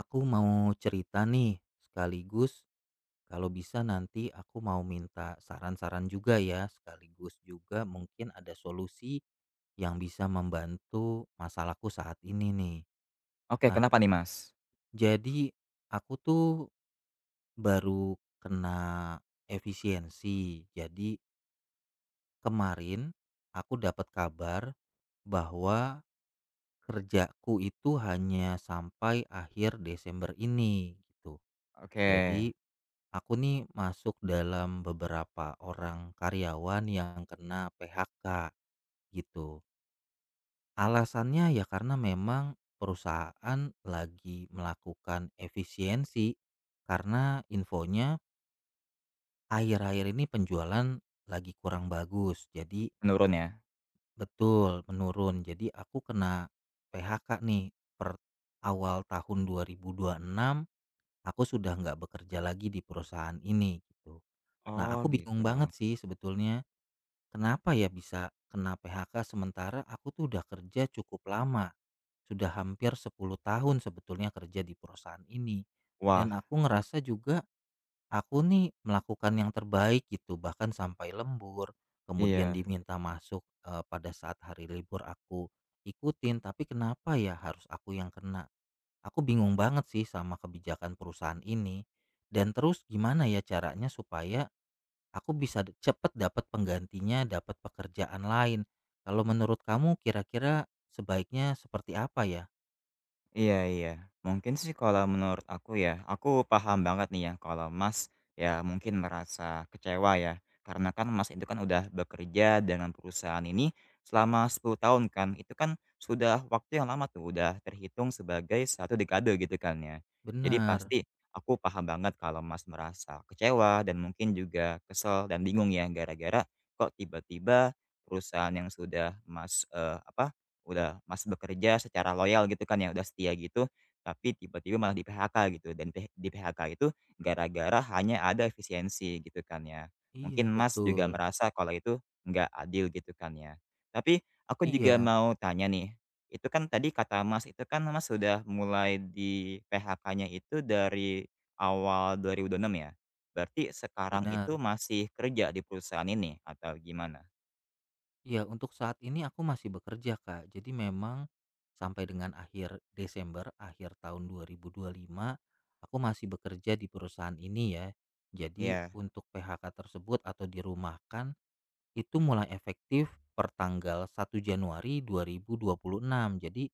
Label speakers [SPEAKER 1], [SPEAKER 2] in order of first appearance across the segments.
[SPEAKER 1] Aku mau cerita nih, sekaligus kalau bisa nanti aku mau minta saran-saran juga ya, sekaligus juga mungkin ada solusi yang bisa membantu masalahku saat ini nih.
[SPEAKER 2] Oke,
[SPEAKER 1] Nah,
[SPEAKER 2] kenapa nih, Mas?
[SPEAKER 1] jadi aku tuh baru kena efisiensi. Jadi kemarin aku dapat kabar bahwa kerjaku itu hanya sampai akhir Desember ini gitu.
[SPEAKER 2] Oke,
[SPEAKER 1] Jadi aku nih masuk dalam beberapa orang karyawan yang kena PHK gitu. Alasannya ya karena memang perusahaan lagi melakukan efisiensi karena infonya akhir-akhir ini penjualan lagi kurang bagus. Jadi
[SPEAKER 2] menurun ya?
[SPEAKER 1] betul menurun. Jadi aku kena PHK nih per awal tahun dua ribu enam, aku sudah nggak bekerja lagi di perusahaan ini gitu. Nah,
[SPEAKER 2] Oh
[SPEAKER 1] aku bingung
[SPEAKER 2] gitu.
[SPEAKER 1] banget sih sebetulnya, kenapa ya bisa kena PHK sementara aku tuh udah kerja cukup lama, sudah hampir 10 tahun sebetulnya kerja di perusahaan ini.
[SPEAKER 2] Wah,
[SPEAKER 1] Dan aku ngerasa juga aku nih melakukan yang terbaik gitu, bahkan sampai lembur, kemudian
[SPEAKER 2] iya.
[SPEAKER 1] diminta masuk pada saat hari libur aku ikutin, tapi kenapa ya harus aku yang kena? Aku bingung banget sih sama kebijakan perusahaan ini. Dan terus gimana ya caranya supaya aku bisa cepet dapat penggantinya, dapat pekerjaan lain. Kalau menurut kamu kira-kira sebaiknya seperti apa ya?
[SPEAKER 2] Iya, iya. Mungkin sih kalau menurut aku ya, aku paham banget nih ya kalau Mas ya mungkin merasa kecewa ya. Karena kan Mas itu kan udah bekerja dengan perusahaan ini selama 10 tahun kan. Itu kan sudah waktu yang lama tuh, udah terhitung sebagai satu dekade gitu kan ya. Jadi
[SPEAKER 1] Benar.
[SPEAKER 2] pasti aku paham banget kalau Mas merasa kecewa dan mungkin juga kesel dan bingung ya gara-gara kok tiba-tiba perusahaan yang sudah Mas apa udah Masih bekerja secara loyal gitu kan ya, udah setia gitu, tapi tiba-tiba malah di-PHK gitu dan di-PHK itu gara-gara hanya ada efisiensi gitu kan ya.
[SPEAKER 1] Iya,
[SPEAKER 2] Mungkin Mas juga
[SPEAKER 1] betul.
[SPEAKER 2] merasa kalau itu nggak adil gitu kan ya. Tapi aku juga
[SPEAKER 1] Iya,
[SPEAKER 2] mau tanya nih, itu kan tadi kata Mas itu kan Mas sudah mulai di-PHK-nya itu dari awal 2026 ya? Berarti sekarang itu
[SPEAKER 1] benar.
[SPEAKER 2] masih kerja di perusahaan ini atau gimana?
[SPEAKER 1] Iya, untuk saat ini aku masih bekerja, Kak, jadi memang sampai dengan akhir Desember, akhir tahun dua 2025 aku masih bekerja di perusahaan ini ya. Jadi
[SPEAKER 2] Iya.
[SPEAKER 1] untuk PHK tersebut atau dirumahkan itu mulai efektif per tanggal 1 Januari 2026. Jadi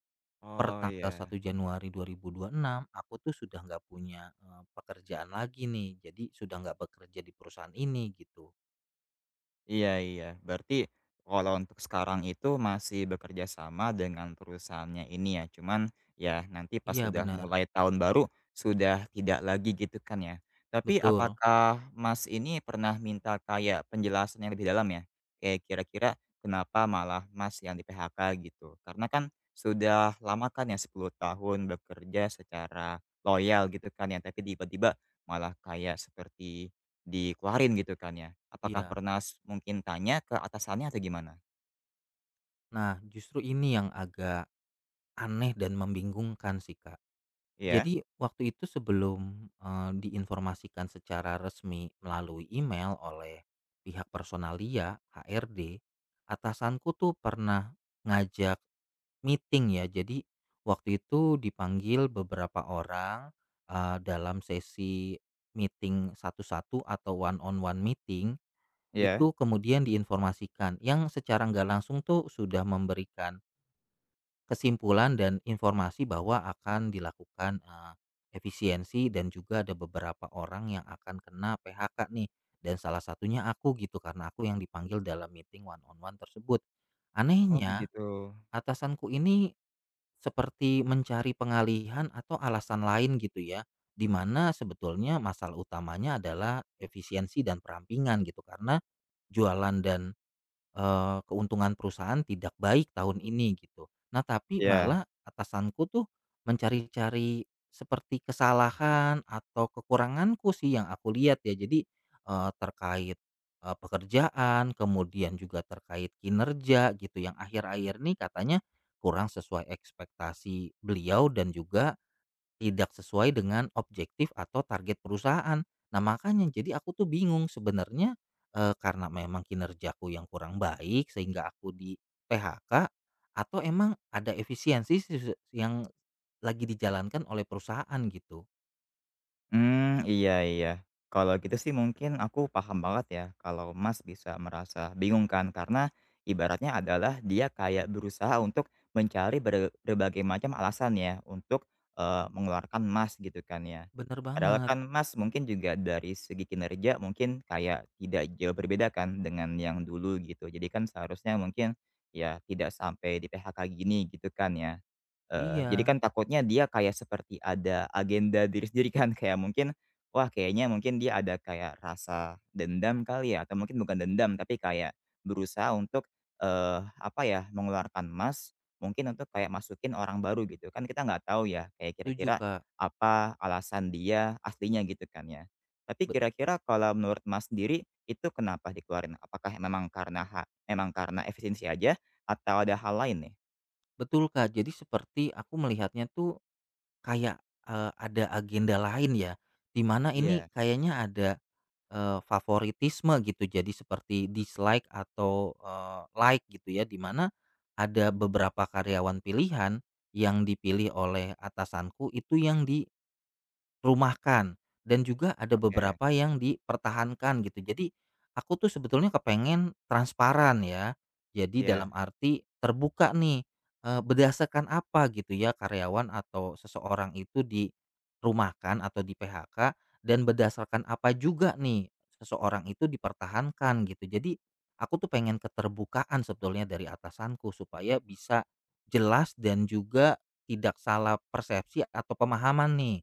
[SPEAKER 1] per
[SPEAKER 2] Oh,
[SPEAKER 1] tanggal 1
[SPEAKER 2] iya.
[SPEAKER 1] Januari 2026 aku tuh sudah nggak punya, pekerjaan lagi nih, jadi sudah nggak bekerja di perusahaan ini gitu.
[SPEAKER 2] Iya, iya. Berarti kalau untuk sekarang itu masih bekerja sama dengan perusahaannya ini ya, cuman ya nanti pas
[SPEAKER 1] Iya,
[SPEAKER 2] sudah
[SPEAKER 1] benar.
[SPEAKER 2] mulai tahun baru sudah tidak lagi gitu kan ya. Tapi
[SPEAKER 1] Betul,
[SPEAKER 2] apakah Mas ini pernah minta kayak penjelasan yang lebih dalam ya? Kayak kira-kira kenapa malah Mas yang di-PHK gitu? Karena kan sudah lama kan ya, 10 tahun bekerja secara loyal gitu kan ya, tapi tiba-tiba malah kayak seperti dikeluarin gitu kan ya? Apakah
[SPEAKER 1] iya.
[SPEAKER 2] pernah mungkin tanya ke atasannya atau gimana?
[SPEAKER 1] Nah, justru ini yang agak aneh dan membingungkan sih, Kak.
[SPEAKER 2] Iya?
[SPEAKER 1] Jadi waktu itu sebelum diinformasikan secara resmi melalui email oleh pihak personalia, HRD, atasanku tuh pernah ngajak meeting ya. Jadi waktu itu dipanggil beberapa orang, dalam sesi meeting satu-satu atau one on one meeting, itu
[SPEAKER 2] Iya?
[SPEAKER 1] kemudian diinformasikan yang secara nggak langsung tuh sudah memberikan kesimpulan dan informasi bahwa akan dilakukan efisiensi dan juga ada beberapa orang yang akan kena PHK nih dan salah satunya aku gitu karena aku yang dipanggil dalam meeting one on one tersebut.
[SPEAKER 2] Oh
[SPEAKER 1] Anehnya
[SPEAKER 2] begitu.
[SPEAKER 1] atasanku ini seperti mencari pengalihan atau alasan lain gitu ya, di mana sebetulnya masalah utamanya adalah efisiensi dan perampingan gitu, karena jualan dan keuntungan perusahaan tidak baik tahun ini gitu. Nah, tapi
[SPEAKER 2] Iya.
[SPEAKER 1] malah atasanku tuh mencari-cari seperti kesalahan atau kekuranganku sih yang aku lihat ya. Jadi, terkait pekerjaan, kemudian juga terkait kinerja gitu yang akhir-akhir ini katanya kurang sesuai ekspektasi beliau dan juga tidak sesuai dengan objektif atau target perusahaan. Nah, makanya jadi aku tuh bingung sebenarnya, karena memang kinerjaku yang kurang baik sehingga aku di-PHK atau emang ada efisiensi yang lagi dijalankan oleh perusahaan gitu.
[SPEAKER 2] Mmm, iya, iya. Kalau gitu sih mungkin aku paham banget ya kalau Mas bisa merasa bingung kan, karena ibaratnya adalah dia kayak berusaha untuk mencari berbagai macam alasan ya untuk, mengeluarkan Mas gitu kan ya.
[SPEAKER 1] Bener
[SPEAKER 2] Padahal
[SPEAKER 1] banget.
[SPEAKER 2] kan Mas mungkin juga dari segi kinerja mungkin kayak tidak jauh berbeda kan dengan yang dulu gitu. Jadi kan seharusnya mungkin ya tidak sampai di-PHK gini gitu kan ya. Jadi
[SPEAKER 1] Iya,
[SPEAKER 2] kan takutnya dia kayak seperti ada agenda diri sendiri kan, kayak mungkin, wah kayaknya mungkin dia ada kayak rasa dendam kali ya, atau mungkin bukan dendam, tapi kayak berusaha untuk, apa ya, mengeluarkan emas mungkin untuk kayak masukin orang baru gitu. Kan kita nggak tahu ya, kayak
[SPEAKER 1] setuju,
[SPEAKER 2] kira-kira
[SPEAKER 1] Kak.
[SPEAKER 2] apa alasan dia aslinya gitu kan ya. Tapi
[SPEAKER 1] Bet
[SPEAKER 2] kira-kira kalau menurut Mas sendiri, itu kenapa dikeluarin? Apakah memang karena memang karena efisiensi aja, atau ada hal lain nih?
[SPEAKER 1] Betul, Kak. Jadi seperti aku melihatnya tuh kayak ada agenda lain ya, di mana ini
[SPEAKER 2] Iya,
[SPEAKER 1] kayaknya ada favoritisme gitu. Jadi seperti dislike atau like gitu ya, di mana ada beberapa karyawan pilihan yang dipilih oleh atasanku itu yang di Rumahkan dan juga ada
[SPEAKER 2] oke.
[SPEAKER 1] beberapa yang dipertahankan gitu. Jadi aku tuh sebetulnya kepengen transparan ya. Jadi
[SPEAKER 2] Iya,
[SPEAKER 1] dalam arti terbuka nih, berdasarkan apa gitu ya karyawan atau seseorang itu dirumahkan atau di-PHK dan berdasarkan apa juga nih seseorang itu dipertahankan gitu. Jadi aku tuh pengen keterbukaan sebetulnya dari atasanku supaya bisa jelas dan juga tidak salah persepsi atau pemahaman nih.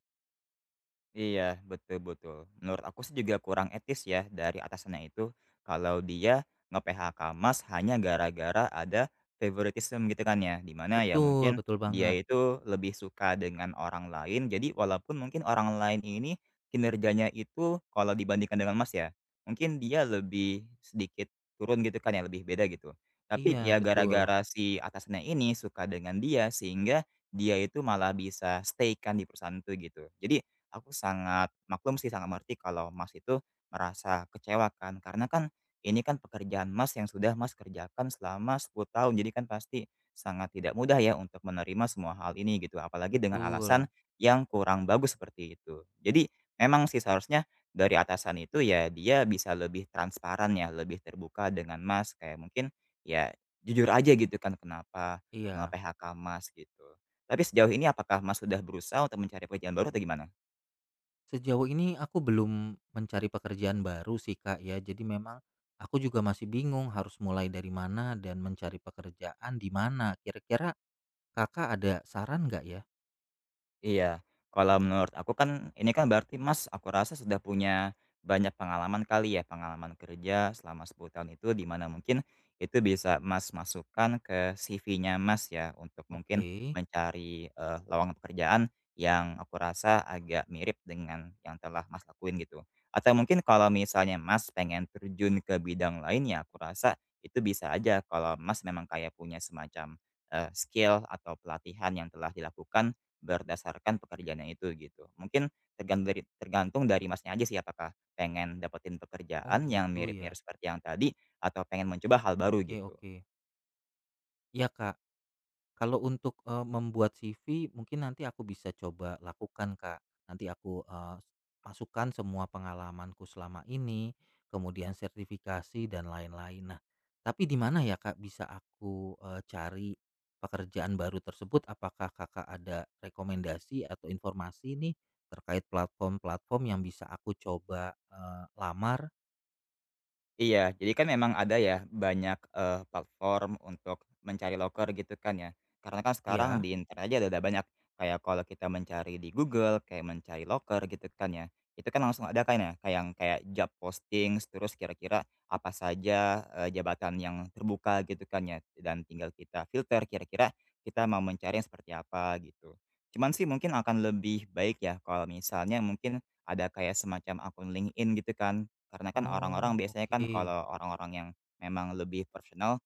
[SPEAKER 2] iya, betul, betul. Menurut aku sih juga kurang etis ya dari atasannya itu, kalau dia nge-PHK Mas hanya gara-gara ada favoritism gitu kan ya, di ya
[SPEAKER 1] Betul,
[SPEAKER 2] mungkin
[SPEAKER 1] betul
[SPEAKER 2] dia
[SPEAKER 1] banget.
[SPEAKER 2] itu lebih suka dengan orang lain, jadi walaupun mungkin orang lain ini kinerjanya itu kalau dibandingkan dengan Mas ya, mungkin dia lebih sedikit turun gitu kan ya, lebih beda gitu. Tapi
[SPEAKER 1] Iya,
[SPEAKER 2] ya
[SPEAKER 1] betul,
[SPEAKER 2] gara-gara si atasannya ini suka dengan dia, sehingga dia itu malah bisa stay kan di perusahaan itu gitu. Jadi aku sangat maklum sih, sangat mengerti kalau Mas itu merasa kecewa kan, karena kan ini kan pekerjaan Mas yang sudah Mas kerjakan selama 10 tahun, jadi kan pasti sangat tidak mudah ya untuk menerima semua hal ini gitu, apalagi dengan alasan
[SPEAKER 1] betul.
[SPEAKER 2] yang kurang bagus seperti itu. Jadi memang sih seharusnya dari atasan itu ya dia bisa lebih transparan ya, lebih terbuka dengan Mas, kayak mungkin ya jujur aja gitu kan kenapa
[SPEAKER 1] Iya.
[SPEAKER 2] nge-PHK Mas gitu. Tapi sejauh ini apakah Mas sudah berusaha untuk mencari pekerjaan baru atau gimana?
[SPEAKER 1] Sejauh ini aku belum mencari pekerjaan baru sih, Kak, ya. Jadi memang aku juga masih bingung harus mulai dari mana dan mencari pekerjaan di mana. Kira-kira Kakak ada saran nggak ya?
[SPEAKER 2] Iya, kalau menurut aku kan ini kan berarti Mas, aku rasa sudah punya banyak pengalaman kali ya, pengalaman kerja selama 10 tahun itu di mana mungkin itu bisa Mas masukkan ke CV-nya Mas ya untuk mungkin
[SPEAKER 1] Oke.
[SPEAKER 2] mencari, lowongan pekerjaan yang aku rasa agak mirip dengan yang telah Mas lakuin gitu. Atau mungkin kalau misalnya Mas pengen terjun ke bidang lain ya aku rasa itu bisa aja kalau Mas memang kayak punya semacam, skill atau pelatihan yang telah dilakukan berdasarkan pekerjaannya itu gitu. Mungkin tergantung dari Masnya aja sih apakah pengen dapetin
[SPEAKER 1] Oh,
[SPEAKER 2] pekerjaan yang
[SPEAKER 1] gitu ya.
[SPEAKER 2] mirip-mirip seperti yang tadi atau pengen mencoba hal baru
[SPEAKER 1] Oke,
[SPEAKER 2] gitu?
[SPEAKER 1] oke. Iya, Kak. Kalau untuk membuat CV mungkin nanti aku bisa coba lakukan, Kak. Nanti aku masukkan semua pengalamanku selama ini, kemudian sertifikasi dan lain-lain. Nah, tapi di mana ya, Kak, bisa aku cari pekerjaan baru tersebut? Apakah Kakak ada rekomendasi atau informasi nih terkait platform-platform yang bisa aku coba lamar?
[SPEAKER 2] Iya, jadi kan memang ada ya banyak, platform untuk mencari loker gitu kan ya. Karena kan sekarang
[SPEAKER 1] Ya.
[SPEAKER 2] di internet aja udah banyak, kayak kalau kita mencari di Google, kayak mencari loker gitu kan ya, itu kan langsung ada kan ya, kayak yang kayak job posting terus kira-kira apa saja, jabatan yang terbuka gitu kan ya, dan tinggal kita filter kira-kira kita mau mencari yang seperti apa gitu. Cuman sih mungkin akan lebih baik ya kalau misalnya mungkin ada kayak semacam akun LinkedIn gitu kan, karena kan orang-orang
[SPEAKER 1] Oh,
[SPEAKER 2] biasanya kan
[SPEAKER 1] oke.
[SPEAKER 2] kalau orang-orang yang memang lebih profesional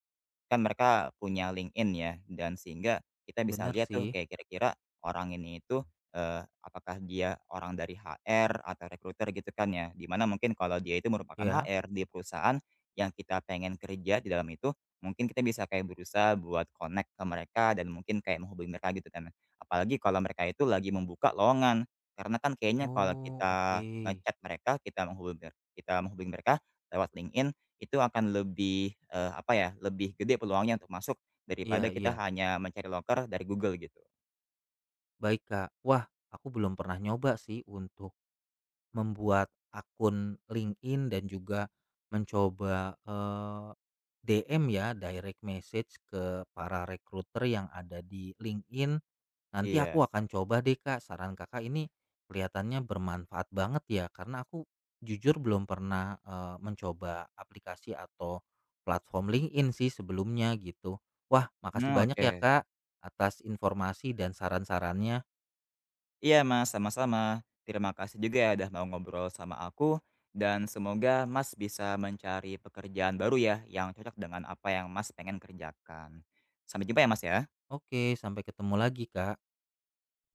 [SPEAKER 2] kan mereka punya LinkedIn ya, dan sehingga kita bisa
[SPEAKER 1] Bener
[SPEAKER 2] lihat tuh
[SPEAKER 1] sih.
[SPEAKER 2] kayak kira-kira orang ini itu, apakah dia orang dari HR atau recruiter gitu kan ya. Dimana mungkin kalau dia itu merupakan
[SPEAKER 1] Ya.
[SPEAKER 2] HR di perusahaan yang kita pengen kerja di dalam itu, mungkin kita bisa kayak berusaha buat connect ke mereka dan mungkin kayak menghubungi mereka gitu kan. Apalagi kalau mereka itu lagi membuka lowongan, karena kan kayaknya kalau
[SPEAKER 1] Oh,
[SPEAKER 2] kita
[SPEAKER 1] oke.
[SPEAKER 2] nge mereka, kita menghubungi mereka lewat LinkedIn itu akan lebih, apa ya, lebih gede peluangnya untuk masuk daripada
[SPEAKER 1] Iya,
[SPEAKER 2] kita
[SPEAKER 1] iya.
[SPEAKER 2] hanya mencari loker dari Google gitu.
[SPEAKER 1] Baik, Kak. Wah, aku belum pernah nyoba sih untuk membuat akun LinkedIn dan juga mencoba DM ya, direct message ke para recruiter yang ada di LinkedIn. Nanti aku
[SPEAKER 2] Iya.
[SPEAKER 1] akan coba deh, Kak. Saran Kakak ini kelihatannya bermanfaat banget ya karena aku jujur belum pernah mencoba aplikasi atau platform LinkedIn sih sebelumnya gitu. Wah, makasih
[SPEAKER 2] Mmm,
[SPEAKER 1] banyak
[SPEAKER 2] oke.
[SPEAKER 1] ya, Kak, atas informasi dan saran-sarannya.
[SPEAKER 2] Iya, Mas, sama-sama. Terima kasih juga ya udah mau ngobrol sama aku dan semoga Mas bisa mencari pekerjaan baru ya yang cocok dengan apa yang Mas pengen kerjakan. Sampai jumpa ya, Mas, ya.
[SPEAKER 1] Oke, sampai ketemu lagi, Kak.